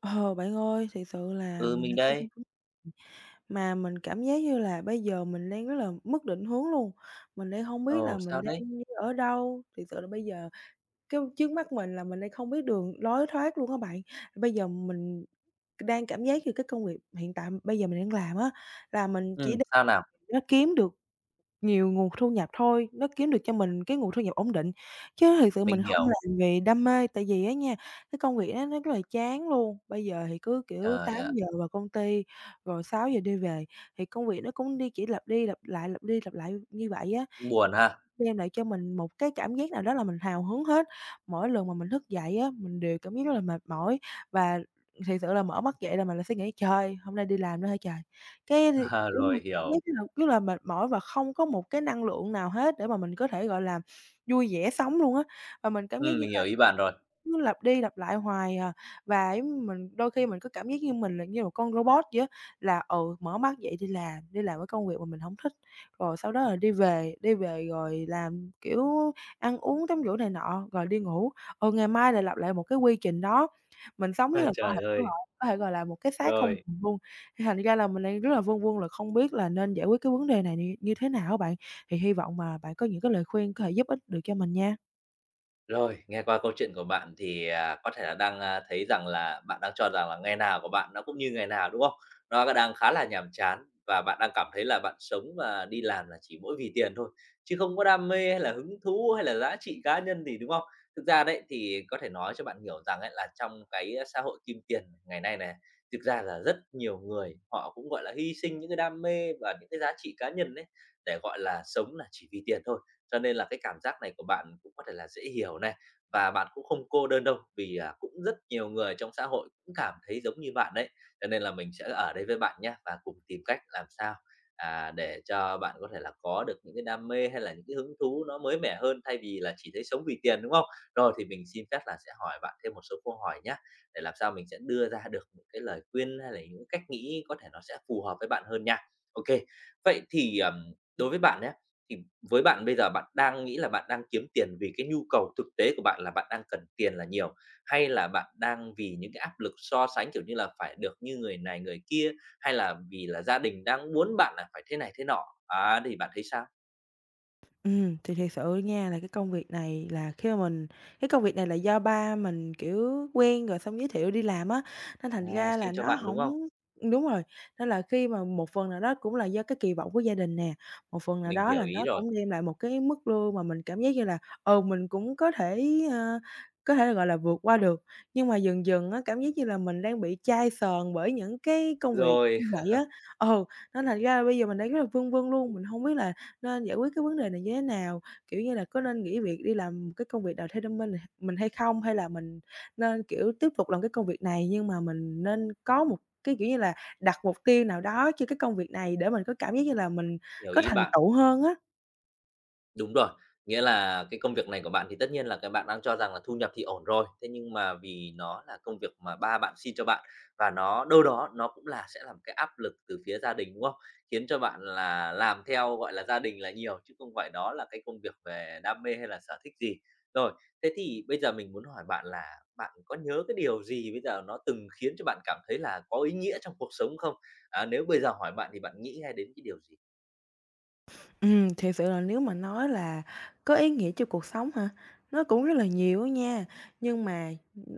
Ờ, Bạn ơi, thiệt sự là Ừ, mình mình lại có một cái đây. vấn mà mình cảm giác như là bây giờ mình đang rất là mất định hướng luôn, mình đang không biết Ồ, là mình sao đấy? đang đi ở đâu, thiệt sự là bây giờ cái trước mắt mình là mình đang không biết đường lối thoát luôn á bạn. Bây giờ mình đang cảm giác như cái công việc hiện tại bây giờ mình đang làm á, là mình chỉ để Sao nào? nó kiếm được nhiều nguồn thu nhập thôi, nó kiếm được cho mình cái nguồn thu nhập ổn định, chứ thực sự mình Mình hông hiểu. làm vì đam mê. Tại vì á nha, cái công việc đó nó rất là chán luôn, bây giờ thì cứ, kiểu, tám Trời ạ, giờ vào công ty, rồi sáu giờ đi về, thì công việc nó cũng đi chỉ lặp đi lặp lại, lặp đi lặp lại như vậy á, cũng nhưng buồn mà ha. đem lại cho mình một cái cảm giác nào đó là mình hào hứng hết. Mỗi lần mà mình thức dậy á, mình đều cảm giác rất là mệt mỏi và thiệt sự là mở mắt dậy là mình lại suy nghĩ: "Trời, hôm nay đi làm nữa hả trời?" Cái, À, kiểu rồi, cảm giác hiểu. rất là mệt mỏi và không có một cái năng lượng nào hết để mà mình có thể, gọi là, vui vẻ sống luôn á. Và mình cảm giác như Mình là hiểu ý cái bạn này rồi. cứ lặp đi lặp lại hoài à, và giống mình đôi khi mình có cảm giác như mình là như một con robot vậy á, là, ừ, mở mắt dậy đi làm cái công việc mà mình hổng thích, rồi sau đó là đi về rồi làm, kiểu, ăn uống tắm rửa này nọ, rồi đi ngủ. Ừ, ngày mai lại lặp lại một cái quy trình đó, mình sống như À, là cơ thể trời của họ ơi! có thể, gọi là, một cái xác không Rồi. hồn luôn. Thì thành ra là mình đang rất là vương vương là không biết là nên giải quyết cái vấn đề này như như thế nào á bạn. Thì hy vọng mà bạn có những cái lời khuyên có thể giúp ích được cho mình nha. Rồi, nghe qua câu chuyện của bạn thì, à, có thể là đang, a, thấy rằng là bạn đang cho rằng là ngày nào của bạn nó cũng như ngày nào, đúng không? Nó đang khá là nhàm chán và bạn đang cảm thấy là bạn sống và đi làm là chỉ mỗi vì tiền thôi, chứ không có đam mê hay là hứng thú hay là giá trị cá nhân gì, đúng không? Thực ra đấy, thì có thể nói cho bạn hiểu rằng ấy là trong cái xã hội kim tiền ngày nay này, thực ra là rất nhiều người họ cũng, gọi là, hy sinh những cái đam mê và những cái giá trị cá nhân đấy để, gọi là, sống là chỉ vì tiền thôi. Cho nên là cái cảm giác này của bạn cũng có thể là dễ hiểu này, và bạn cũng không cô đơn đâu, vì, à, cũng rất nhiều người trong xã hội cũng cảm thấy giống như bạn đấy. Cho nên là mình sẽ ở đây với bạn nhé và cùng tìm cách làm sao, à, để cho bạn có thể là có được những cái đam mê hay là những cái hứng thú nó mới mẻ hơn, thay vì là chỉ thấy sống vì tiền, đúng không? Rồi thì mình xin phép là sẽ hỏi bạn thêm một số câu hỏi nhé để làm sao mình sẽ đưa ra được những cái lời khuyên hay là những cách nghĩ có thể nó sẽ phù hợp với bạn hơn nha. Ok. Vậy thì, đối với bạn ấy thì với bạn bây giờ bạn đang nghĩ là bạn đang kiếm tiền vì cái nhu cầu thực tế của bạn là bạn đang cần tiền là nhiều, hay là bạn đang vì những cái áp lực so sánh, kiểu như là, phải được như người này người kia, hay là vì là gia đình đang muốn bạn là phải thế này thế nọ? Á, thì bạn thấy sao? Ừ, thì thiệt sự nha là cái công việc này là khi mà mình cái công việc này là do ba mình, kiểu, quen rồi xong giới thiệu đi làm á, nên thành À, ra xin là cho nó bạn, đúng không không? đúng rồi, nên là khi mà một phần nào đó cũng là do cái kỳ vọng của gia đình nè, một phần nào Mình đó hiểu là nó ý rồi. cũng đem lại một cái mức lương mà mình cảm giác như là, ừ, mình cũng có thể, ơ, có thể gọi là, vượt qua được. Nhưng mà dần dần á, cảm giác như là mình đang bị chai sờn bởi những cái công việc Rồi, như vậy á, ừ, nên thành ra là bây giờ mình đang rất là vương vương luôn, mình không biết là nên giải quyết cái vấn đề này như thế nào? Kiểu như là, có nên nghỉ việc đi làm một cái công việc nào theo đam mê này mình hay không? Hay là mình nên, kiểu, tiếp tục làm cái công việc này nhưng mà mình nên có một cái, kiểu như là, đặt mục tiêu nào đó cho cái công việc này để mình có cảm giác như là mình hiểu có ý thành bạn. tựu hơn á? Đúng rồi, nghĩa là cái công việc này của bạn thì tất nhiên là cái bạn đang cho rằng là thu nhập thì ổn rồi, thế nhưng mà vì nó là công việc mà ba bạn xin cho bạn và nó đâu đó nó cũng là sẽ là một cái áp lực từ phía gia đình, đúng không? Khiến cho bạn là làm theo, gọi là, gia đình là nhiều chứ không phải đó là cái công việc về đam mê hay là sở thích gì. Rồi, thế thì bây giờ mình muốn hỏi bạn là bạn có nhớ cái điều gì bây giờ nó từng khiến cho bạn cảm thấy là có ý nghĩa trong cuộc sống không? À, nếu bây giờ hỏi bạn thì bạn nghĩ ngay đến cái điều gì? Thiệt sự là nếu mà nói là có ý nghĩa cho cuộc sống hả? Nó cũng rất là nhiều á nha, nhưng mà,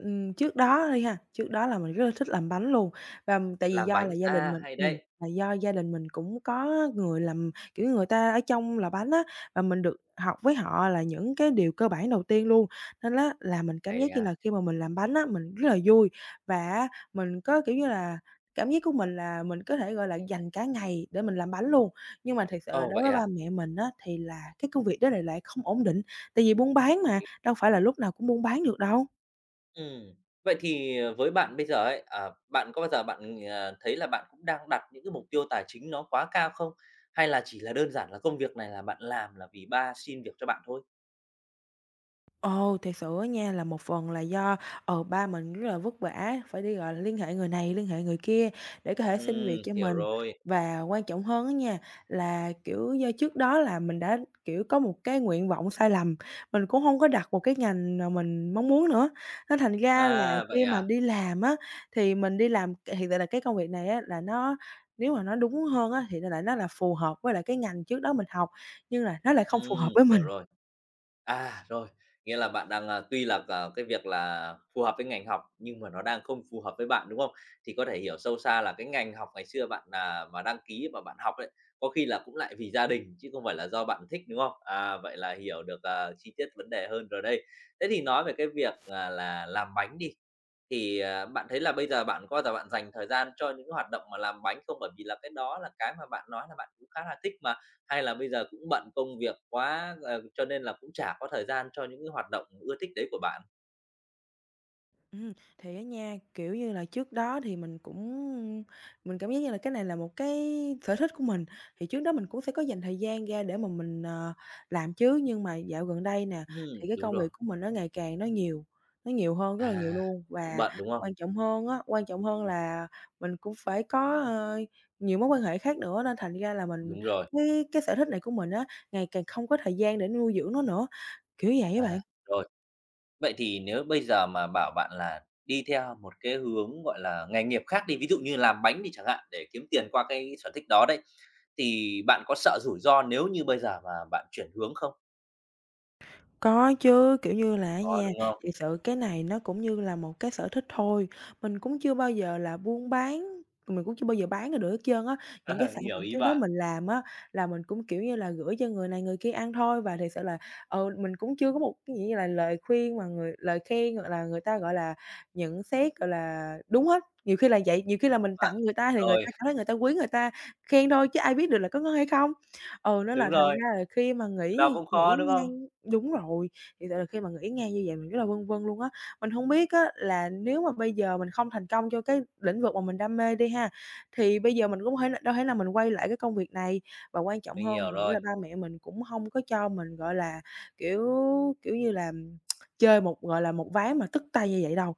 trước đó đi ha, trước đó là mình rất là thích làm bánh luôn, và tại vì Làm do là bánh, gia đình a, mình hay đấy, là do gia đình mình cũng có người làm kiểu, người ta ở trong là bánh á, và mình được học với họ là những cái điều cơ bản đầu tiên luôn. Nên á là mình cảm hay giác như là nha. khi mà mình làm bánh á, mình rất là vui và mình có, kiểu như là, cảm giác của mình là mình có thể, gọi là, dành cả ngày để mình làm bánh luôn. Nhưng mà thật sự là Ồ, đối vậy với ba à? mẹ mình á, thì là cái công việc đó lại lại không ổn định, tại vì buôn bán mà, đâu phải là lúc nào cũng buôn bán được đâu. Ừm. Vậy thì, ờ, với bạn bây giờ ấy, à, bạn có bao giờ bạn, ờ, thấy là bạn cũng đang đặt những cái mục tiêu tài chính nó quá cao không? Hay là chỉ là đơn giản là công việc này là bạn làm là vì ba xin việc cho bạn thôi? Ồ, thiệt sự á nha là một phần là do, ba mình rất là vất vả, phải đi, gọi là, liên hệ người này, liên hệ người kia để có thể xin việc cho Hiểu mình. rồi. Và quan trọng hơn á nha, là, kiểu, do trước đó là mình đã, kiểu, có một cái nguyện vọng sai lầm, mình cũng không có đặt một cái ngành mà mình mong muốn nữa. Nên thành ra là À, khi vậy mà à? đi làm á, thì mình đi làm hiện tại là cái công việc này á là nó nếu mà nó đúng hơn á, thì nó là phù hợp với lại cái ngành trước đó mình học, nhưng là nó lại không phù hợp với mình. Hiểu rồi. À, rồi, nghĩa là bạn đang, ờ, tuy là, ờ, cái việc là phù hợp với ngành học nhưng mà nó đang không phù hợp với bạn, đúng không? Thì có thể hiểu sâu xa là cái ngành học ngày xưa bạn, à, mà đăng ký và bạn học đấy có khi là cũng lại vì gia đình chứ không phải là do bạn thích, đúng không? À, vậy là hiểu được, ờ, chi tiết vấn đề hơn rồi đây. Thế thì nói về cái việc, à, là làm bánh đi, thì, à, bạn thấy là bây giờ bạn có bao giờ bạn dành thời gian cho những hoạt động mà làm bánh không? Bởi vì là cái đó là cái mà bạn nói là bạn cũng khá là thích mà. Hay là bây giờ cũng bận công việc quá, ờ, cho nên là cũng chả có thời gian cho những cái hoạt động ưa thích đấy của bạn? Thì á nha, kiểu như là, trước đó thì mình cũng mình cảm giác như là cái này là một cái sở thích của mình, thì trước đó mình cũng sẽ có dành thời gian ra để mà mình, làm chứ. Nhưng mà dạo gần đây nè, thì cái Đúng công việc rồi. của mình nó ngày càng nó nhiều hơn rất là nhiều À, luôn. cũng Và bận, đúng không? quan trọng hơn á, quan trọng hơn là mình cũng phải có, nhiều mối quan hệ khác nữa, nên thành ra là mình Đúng rồi. cái sở thích này của mình á, ngày càng không có thời gian để nuôi dưỡng nó nữa, kiểu vậy á bạn. À, rồi. Vậy thì nếu bây giờ mà bảo bạn là đi theo một cái hướng, gọi là, nghề nghiệp khác đi, ví dụ như làm bánh đi chẳng hạn, để kiếm tiền qua cái sở thích đó đấy, thì bạn có sợ rủi ro nếu như bây giờ mà bạn chuyển hướng không? Có chứ, kiểu như là á Có, nha, đúng không? thiệt sự cái này nó cũng như là một cái sở thích thôi, mình cũng chưa bao giờ là buôn bán, mình cũng chưa bao giờ bán ra được hết trơn á. Những cái sản Hiểu phẩm ý trước đó bạn. mình làm á, là mình cũng, kiểu như là, gửi cho người này người kia ăn thôi và thiệt sự là, ừ, mình cũng chưa có một cái gì như là lời khuyên mà người lời khen hoặc là người ta, gọi là, nhận xét, gọi là, đúng hết. Nhiều khi là vậy, nhiều khi là mình Bạn tặng người ta thì người ta rồi, cảm thấy người ta quý, người ta khen thôi chứ ai biết được là có ngon hay không. Ừ, nên đúng là thành rồi, ra là khi mà cái đó cũng khó, nghĩ đúng ngang không? đúng rồi, thì tại là khi mà nghĩ ngang như vậy mình rất là vân vân luôn á. Mình hông biết á là nếu mà bây giờ mình không thành công cho cái lĩnh vực mà mình đam mê đi ha, thì bây giờ mình cũng thể đâu thể nào mình quay lại cái công việc này. Và quan trọng Mình hơn hiểu mình nghĩ rồi. là ba mẹ mình cũng hông có cho mình, gọi là, kiểu, kiểu như là, chơi một, gọi là, một ván mà tức tay như vậy đâu,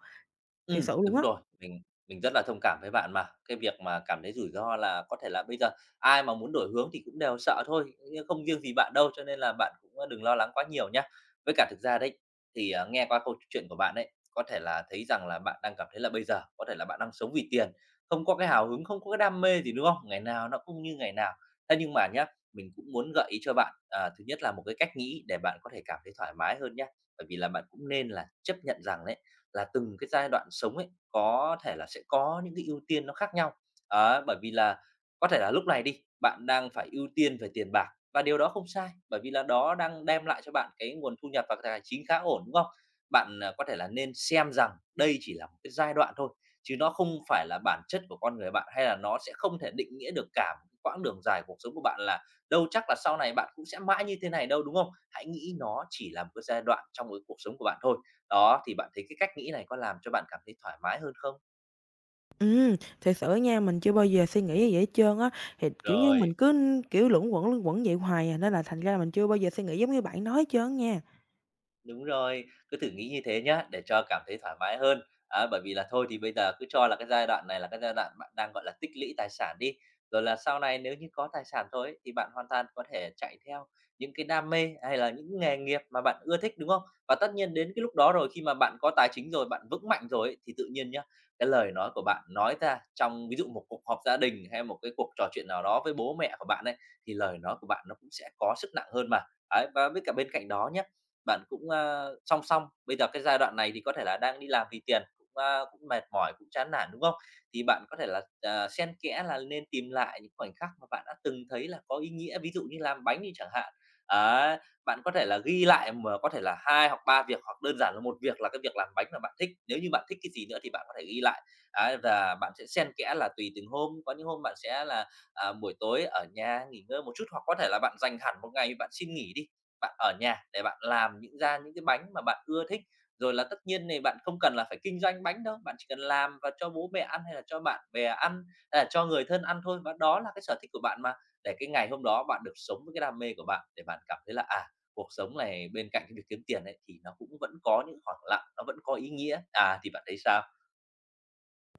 thiệt Ừ sự luôn đúng á. rồi, mình rất là thông cảm với bạn mà. Cái việc mà cảm thấy rủi ro là có thể là bây giờ ai mà muốn đổi hướng thì cũng đều sợ thôi, nhưng không riêng gì bạn đâu, cho nên là bạn cũng, ờ, đừng lo lắng quá nhiều nhá. Với cả thực ra đấy, thì, à, nghe qua câu chuyện của bạn ấy, có thể là thấy rằng là bạn đang cảm thấy là bây giờ có thể là bạn đang sống vì tiền, không có cái hào hứng, không có cái đam mê gì, đúng không? Ngày nào nó cũng như ngày nào. Thế nhưng mà nhá, mình cũng muốn gợi ý cho bạn, à, thứ nhất là một cái cách nghĩ để bạn có thể cảm thấy thoải mái hơn nhá. Bởi vì là bạn cũng nên là chấp nhận rằng đấy, là từng cái giai đoạn sống ấy, có thể là sẽ có những cái ưu tiên nó khác nhau. Đấy, bởi vì là có thể là lúc này đi, bạn đang phải ưu tiên về tiền bạc và điều đó không sai, bởi vì là đó đang đem lại cho bạn cái nguồn thu nhập và tài chính khá ổn, đúng không? Bạn, à, có thể là nên xem rằng đây chỉ là một cái giai đoạn thôi, chứ nó không phải là bản chất của con người bạn, hay là nó sẽ không thể định nghĩa được cả một cái quãng đường dài cuộc sống của bạn là đâu chắc là sau này bạn cũng sẽ mãi như thế này đâu, đúng không? Hãy nghĩ nó chỉ là một cái giai đoạn trong cái cuộc sống của bạn thôi. Đó, thì bạn thấy cái cách nghĩ này có làm cho bạn cảm thấy thoải mái hơn không? Ừm, thiệt sự á nha, mình chưa bao giờ suy nghĩ như vậy hết trơn á, thì, kiểu như, mình Rồi, cứ, kiểu, luẩn quẩn vậy hoài à, nên là thành ra là mình chưa bao giờ suy nghĩ giống như bạn nói hết trơn á nha. đúng rồi, cứ thử nghĩ như thế nhá, để cho cảm thấy thoải mái hơn. À, bởi vì là thôi thì bây giờ cứ cho là cái giai đoạn này là cái giai đoạn bạn đang, gọi là, tích lũy tài sản đi, rồi là sau này nếu như có tài sản rồi ấy, thì bạn hoàn toàn có thể chạy theo những cái đam mê hay là những nghề nghiệp mà bạn ưa thích, đúng không? Và tất nhiên đến cái lúc đó rồi, khi mà bạn có tài chính rồi, bạn vững mạnh rồi ấy, thì tự nhiên nhá, cái lời nói của bạn nói ra trong ví dụ một cuộc họp gia đình hay một cái cuộc trò chuyện nào đó với bố mẹ của bạn ấy, thì lời nói của bạn nó cũng sẽ có sức nặng hơn mà. Ấy, và với cả bên cạnh đó nhá bạn cũng, a, song song. Bây giờ cái giai đoạn này thì có thể là đang đi làm vì tiền, cũng, a, cũng mệt mỏi, cũng chán nản, đúng không? Thì bạn có thể là, ờ, xen kẽ là nên tìm lại những khoảnh khắc mà bạn đã từng thấy là có ý nghĩa, ví dụ như làm bánh đi chẳng hạn. Ấy, bạn có thể là ghi lại mà có thể là 2 hoặc 3 việc hoặc đơn giản là một việc là cái việc làm bánh mà bạn thích. Nếu như bạn thích cái gì nữa thì bạn có thể ghi lại, ấy, và bạn sẽ xen kẽ là tùy từng hôm, có những hôm bạn sẽ là, à, buổi tối ở nhà nghỉ ngơi một chút, hoặc có thể là bạn dành hẳn một ngày bạn xin nghỉ đi, bạn ở nhà để bạn làm những ra những cái bánh mà bạn ưa thích. Rồi là tất nhiên này bạn không cần là phải kinh doanh bánh đâu, bạn chỉ cần làm và cho bố mẹ ăn hay là cho bạn bè ăn, hay là cho người thân ăn thôi, và đó là cái sở thích của bạn mà, để cái ngày hôm đó bạn được sống với cái đam mê của bạn, để bạn cảm thấy là, à, cuộc sống này bên cạnh cái việc kiếm tiền ấy, thì nó cũng vẫn có những khoảng lặng, nó vẫn có ý nghĩa. À, thì bạn thấy sao?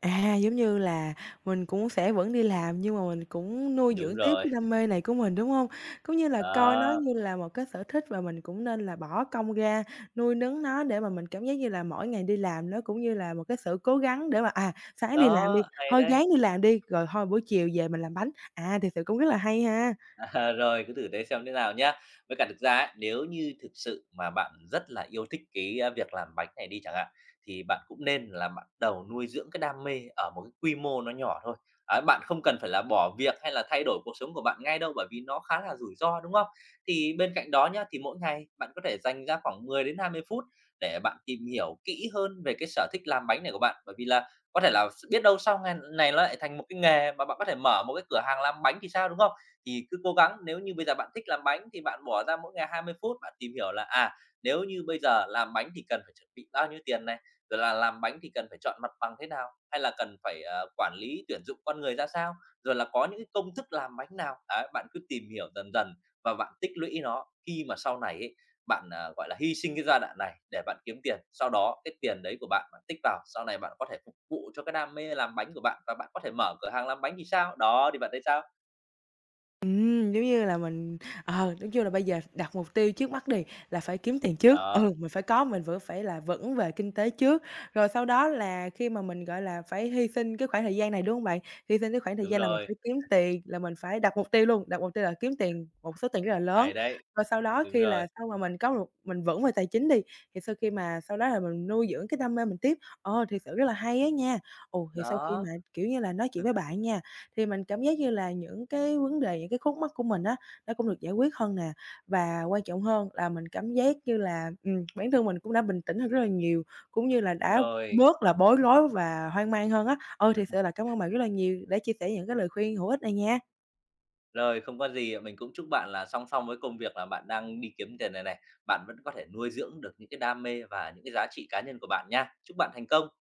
À, giống như là mình cũng sẽ vẫn đi làm nhưng mà mình cũng nuôi Đúng dưỡng tiếp rồi, cái đam mê này của mình, đúng hông? Cũng như là coi nó đó, như là một cái sở thích và mình cũng nên là bỏ công ra nuôi nấng nó để mà mình cảm giác như là mỗi ngày đi làm nó cũng như là một cái sự cố gắng để mà, à, sáng đi làm đi, đó, hay thôi ráng đấy. đi làm đi, rồi thôi buổi chiều về mình làm bánh. À, thiệt sự cũng rất là hay ha! À, rồi, cứ thử thế xem thế nào nhá. Với cả thực ra ấy, nếu như thực sự mà bạn rất là yêu thích cái, a, việc làm bánh này đi chẳng hạn, thì bạn cũng nên là bắt đầu nuôi dưỡng cái đam mê ở một cái quy mô nó nhỏ thôi. Ấy, bạn không cần phải là bỏ việc hay là thay đổi cuộc sống của bạn ngay đâu, bởi vì nó khá là rủi ro, đúng không? Thì bên cạnh đó nhá, thì mỗi ngày bạn có thể dành ra khoảng 10 đến 20 phút để bạn tìm hiểu kỹ hơn về cái sở thích làm bánh này của bạn. Bởi vì là có thể là biết đâu sau ngày này nó lại thành một cái nghề mà bạn có thể mở một cái cửa hàng làm bánh thì sao, đúng không? Thì cứ cố gắng nếu như bây giờ bạn thích làm bánh thì bạn bỏ ra mỗi ngày 20 phút, bạn tìm hiểu là, à, nếu như bây giờ làm bánh thì cần phải chuẩn bị bao nhiêu tiền này, rồi là làm bánh thì cần phải chọn mặt bằng thế nào, hay là cần phải, ờ, quản lý tuyển dụng con người ra sao, rồi là có những cái công thức làm bánh nào. Đấy, bạn cứ tìm hiểu dần dần và bạn tích lũy nó, khi mà sau này ấy, bạn, à, gọi là, hy sinh cái giai đoạn này để bạn kiếm tiền, sau đó cái tiền đấy của bạn, bạn tích vào, sau này bạn có thể phục vụ cho cái đam mê làm bánh của bạn và bạn có thể mở cửa hàng làm bánh thì sao? Đó, thì bạn thấy sao? Giống như là mình ờ, nói chung là bây giờ đặt mục tiêu trước mắt đi, là phải kiếm tiền trước. Đó. Ừ, mình phải có mình vẫn phải là vững về kinh tế trước, rồi sau đó là khi mà mình, gọi là, phải hy sinh cái khoảng thời gian này, đúng hông bạn? Hy sinh cái khoảng thời Đúng gian là mình rồi, phải kiếm tiền, là mình phải đặt mục tiêu luôn, đặt mục tiêu là kiếm tiền một số tiền rất là lớn. hay đấy, Rồi sau đó đúng khi rồi. là sau mà mình có một mình vững về tài chính đi, thì sau khi mà sau đó là mình nuôi dưỡng cái đam mê mình tiếp. Ờ, thiệt sự rất là hay á nha. Ồ, thì sau khi Đó, mà, kiểu như là, nói chuyện với bạn nha thì mình cảm giác như là những cái vấn đề, những cái khúc mắc của mình á, nó cũng được giải quyết hơn nè. Và quan trọng hơn là mình cảm giác như là, bản thân mình cũng đã bình tĩnh hơn rất là nhiều, cũng như là đã rồi, bớt là bối rối và hoang mang hơn á. Ừ, thiệt sự là cảm ơn bạn rất là nhiều đã chia sẻ những cái lời khuyên hữu ích này nha. rồi, không có gì, mình cũng chúc bạn là song song với công việc là bạn đang đi kiếm tiền này này, bạn vẫn có thể nuôi dưỡng được những cái đam mê và những cái giá trị cá nhân của bạn nha. Chúc bạn thành công.